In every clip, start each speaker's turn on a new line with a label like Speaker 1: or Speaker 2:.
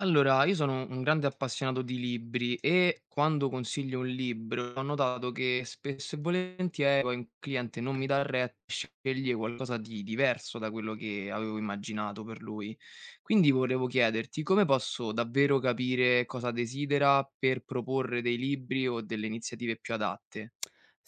Speaker 1: Allora, io sono un grande appassionato di libri e quando consiglio un libro ho notato che spesso e volentieri poi un cliente non mi dà retta, sceglie qualcosa di diverso da quello che avevo immaginato per lui. Quindi volevo chiederti come posso davvero capire cosa desidera per proporre dei libri o delle iniziative più adatte?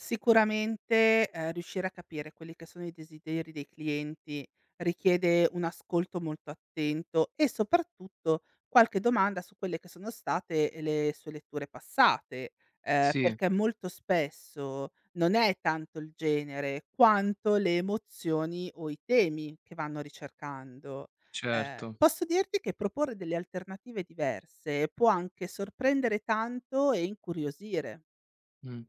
Speaker 2: Sicuramente, riuscire a capire quelli che sono i desideri dei clienti richiede un ascolto molto attento e soprattutto qualche domanda su quelle che sono state le sue letture passate,
Speaker 1: Sì,
Speaker 2: perché molto spesso non è tanto il genere quanto le emozioni o i temi che vanno ricercando.
Speaker 1: certo.
Speaker 2: Posso dirti che proporre delle alternative diverse può anche sorprendere tanto e incuriosire.
Speaker 1: Mh.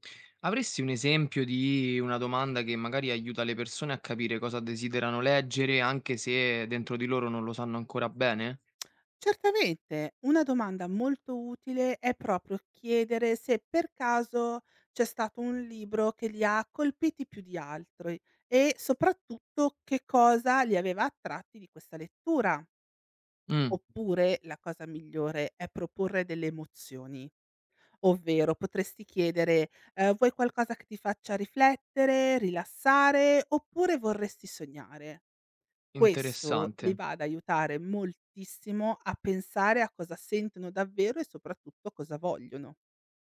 Speaker 1: Avresti un esempio di una domanda che magari aiuta le persone a capire cosa desiderano leggere, anche se dentro di loro non lo sanno ancora bene?
Speaker 2: Certamente, una domanda molto utile è proprio chiedere se per caso c'è stato un libro che li ha colpiti più di altri e soprattutto che cosa li aveva attratti di questa lettura.
Speaker 1: Mh,
Speaker 2: Oppure la cosa migliore è proporre delle emozioni, ovvero potresti chiedere vuoi qualcosa che ti faccia riflettere, rilassare, oppure vorresti sognare? Questo li
Speaker 1: interessante.
Speaker 2: va ad aiutare moltissimo a pensare a cosa sentono davvero e soprattutto cosa vogliono.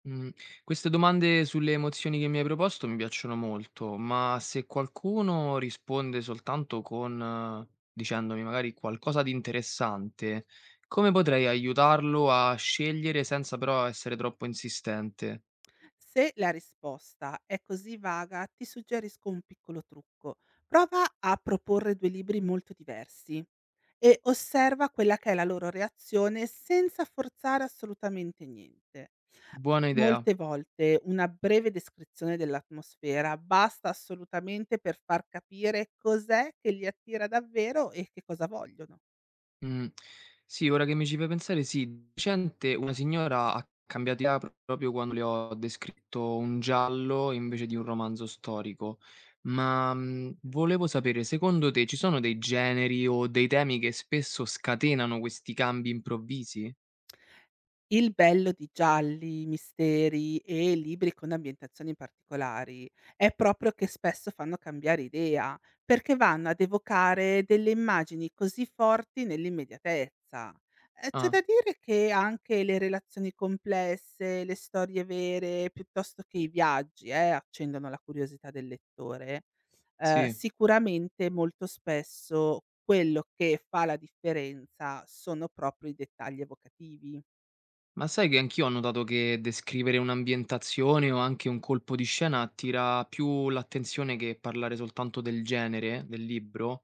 Speaker 1: Mh, queste domande sulle emozioni che mi hai proposto mi piacciono molto, ma se qualcuno risponde soltanto con dicendomi magari qualcosa di interessante, come potrei aiutarlo a scegliere senza però essere troppo insistente?
Speaker 2: Se la risposta è così vaga, ti suggerisco un piccolo trucco. Prova a proporre 2 libri molto diversi e osserva quella che è la loro reazione, senza forzare assolutamente niente.
Speaker 1: Buona idea.
Speaker 2: Molte volte una breve descrizione dell'atmosfera basta assolutamente per far capire cos'è che li attira davvero e che cosa vogliono.
Speaker 1: Mh. Sì, ora che mi ci fai pensare sì, di recente una signora ha cambiato idea proprio quando le ho descritto un giallo invece di un romanzo storico. Ma, volevo sapere, secondo te ci sono dei generi o dei temi che spesso scatenano questi cambi improvvisi?
Speaker 2: Il bello di gialli, misteri e libri con ambientazioni particolari è proprio che spesso fanno cambiare idea, perché vanno ad evocare delle immagini così forti nell'immediatezza. C'è
Speaker 1: Ah,
Speaker 2: da dire che anche le relazioni complesse, le storie vere, piuttosto che i viaggi, accendono la curiosità del lettore.
Speaker 1: sì.
Speaker 2: Sicuramente, molto spesso quello che fa la differenza sono proprio i dettagli evocativi.
Speaker 1: Ma sai che anch'io ho notato che descrivere un'ambientazione o anche un colpo di scena attira più l'attenzione che parlare soltanto del genere, del libro?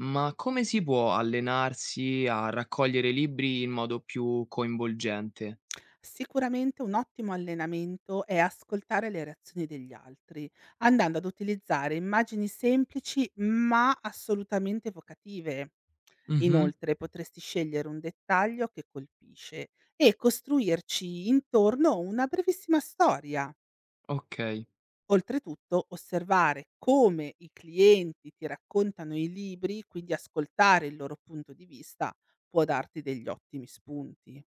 Speaker 1: Ma come si può allenarsi a raccogliere libri in modo più coinvolgente?
Speaker 2: Sicuramente un ottimo allenamento è ascoltare le reazioni degli altri, andando ad utilizzare immagini semplici ma assolutamente evocative.
Speaker 1: Mh-mh,
Speaker 2: Inoltre potresti scegliere un dettaglio che colpisce e costruirci intorno una brevissima storia.
Speaker 1: ok,
Speaker 2: Oltretutto, osservare come i clienti ti raccontano i libri, quindi ascoltare il loro punto di vista, può darti degli ottimi spunti.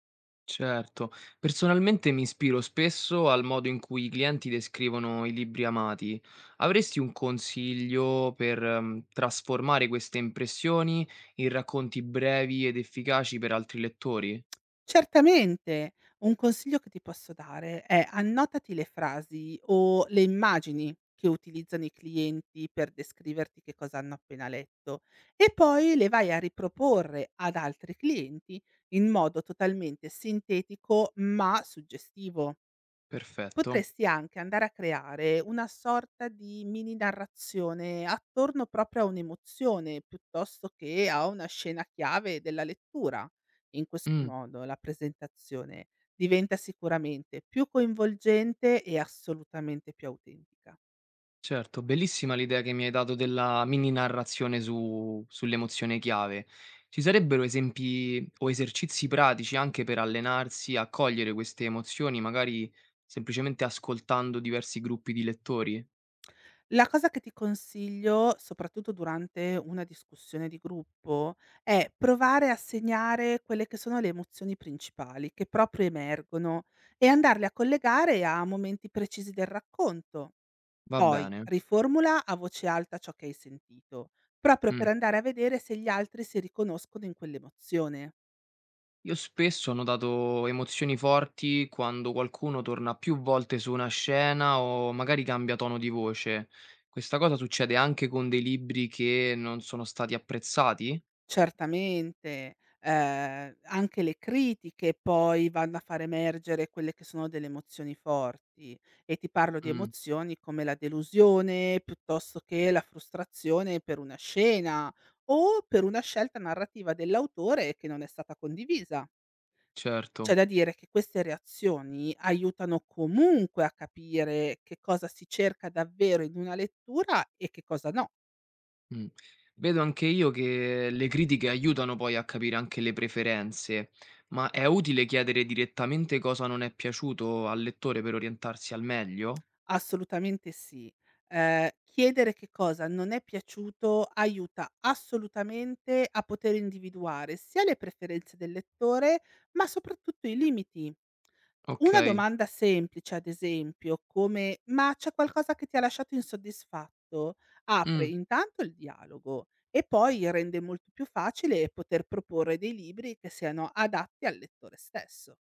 Speaker 1: certo. Personalmente mi ispiro spesso al modo in cui i clienti descrivono i libri amati. Avresti un consiglio per trasformare queste impressioni in racconti brevi ed efficaci per altri lettori?
Speaker 2: Certamente. Un consiglio che ti posso dare è: annotati le frasi o le immagini che utilizzano i clienti per descriverti che cosa hanno appena letto e poi le vai a riproporre ad altri clienti in modo totalmente sintetico ma suggestivo.
Speaker 1: Perfetto.
Speaker 2: Potresti anche andare a creare una sorta di mini narrazione attorno proprio a un'emozione, piuttosto che a una scena chiave della lettura. In questo
Speaker 1: Mm.
Speaker 2: modo la presentazione diventa sicuramente più coinvolgente e assolutamente più autentica.
Speaker 1: Certo, bellissima l'idea che mi hai dato della mini narrazione su sull'emozione chiave. Ci sarebbero esempi o esercizi pratici anche per allenarsi a cogliere queste emozioni, magari semplicemente ascoltando diversi gruppi di lettori?
Speaker 2: La cosa che ti consiglio, soprattutto durante una discussione di gruppo, è provare a segnare quelle che sono le emozioni principali che proprio emergono e andarle a collegare a momenti precisi del racconto.
Speaker 1: Va
Speaker 2: Poi
Speaker 1: bene.
Speaker 2: riformula a voce alta ciò che hai sentito, proprio
Speaker 1: Mm.
Speaker 2: per andare a vedere se gli altri si riconoscono in quell'emozione.
Speaker 1: Io spesso ho notato emozioni forti quando qualcuno torna più volte su una scena o magari cambia tono di voce. Questa cosa succede anche con dei libri che non sono stati apprezzati?
Speaker 2: Certamente, anche le critiche poi vanno a far emergere quelle che sono delle emozioni forti, e ti parlo di
Speaker 1: Mm,
Speaker 2: emozioni come la delusione, piuttosto che la frustrazione per una scena o per una scelta narrativa dell'autore che non è stata condivisa. C'è
Speaker 1: certo.
Speaker 2: da dire che queste reazioni aiutano comunque a capire che cosa si cerca davvero in una lettura e che cosa no.
Speaker 1: Mh. Vedo anche io che le critiche aiutano poi a capire anche le preferenze, ma è utile chiedere direttamente cosa non è piaciuto al lettore per orientarsi al meglio?
Speaker 2: Assolutamente sì. Chiedere che cosa non è piaciuto aiuta assolutamente a poter individuare sia le preferenze del lettore, ma soprattutto i limiti. Una
Speaker 1: Okay.
Speaker 2: domanda semplice, ad esempio, come: "Ma c'è qualcosa che ti ha lasciato insoddisfatto?" Apre
Speaker 1: Mh,
Speaker 2: intanto il dialogo e poi rende molto più facile poter proporre dei libri che siano adatti al lettore stesso.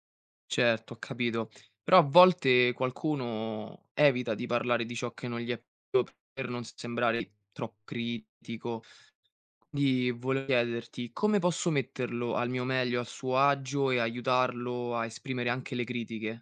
Speaker 1: certo, ho capito. Però a volte qualcuno evita di parlare di ciò che non gli è piaciuto per non sembrare troppo critico. Quindi volevo chiederti come posso metterlo al mio meglio, a suo agio e aiutarlo a esprimere anche le critiche?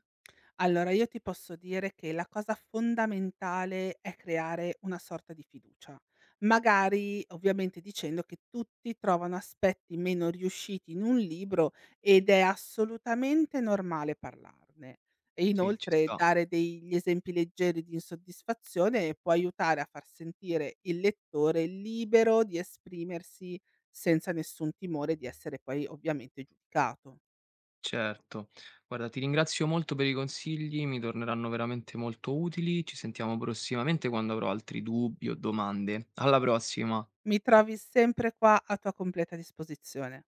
Speaker 2: Allora, io ti posso dire che la cosa fondamentale è creare una sorta di fiducia. Magari, ovviamente, dicendo che tutti trovano aspetti meno riusciti in un libro ed è assolutamente normale parlarne. E
Speaker 1: Sì, ci
Speaker 2: inoltre
Speaker 1: sta.
Speaker 2: dare degli esempi leggeri di insoddisfazione può aiutare a far sentire il lettore libero di esprimersi senza nessun timore di essere poi ovviamente giudicato.
Speaker 1: Certo. Guarda, ti ringrazio molto per i consigli, mi torneranno veramente molto utili. Ci sentiamo prossimamente quando avrò altri dubbi o domande. Alla prossima.
Speaker 2: Mi trovi sempre qua a tua completa disposizione.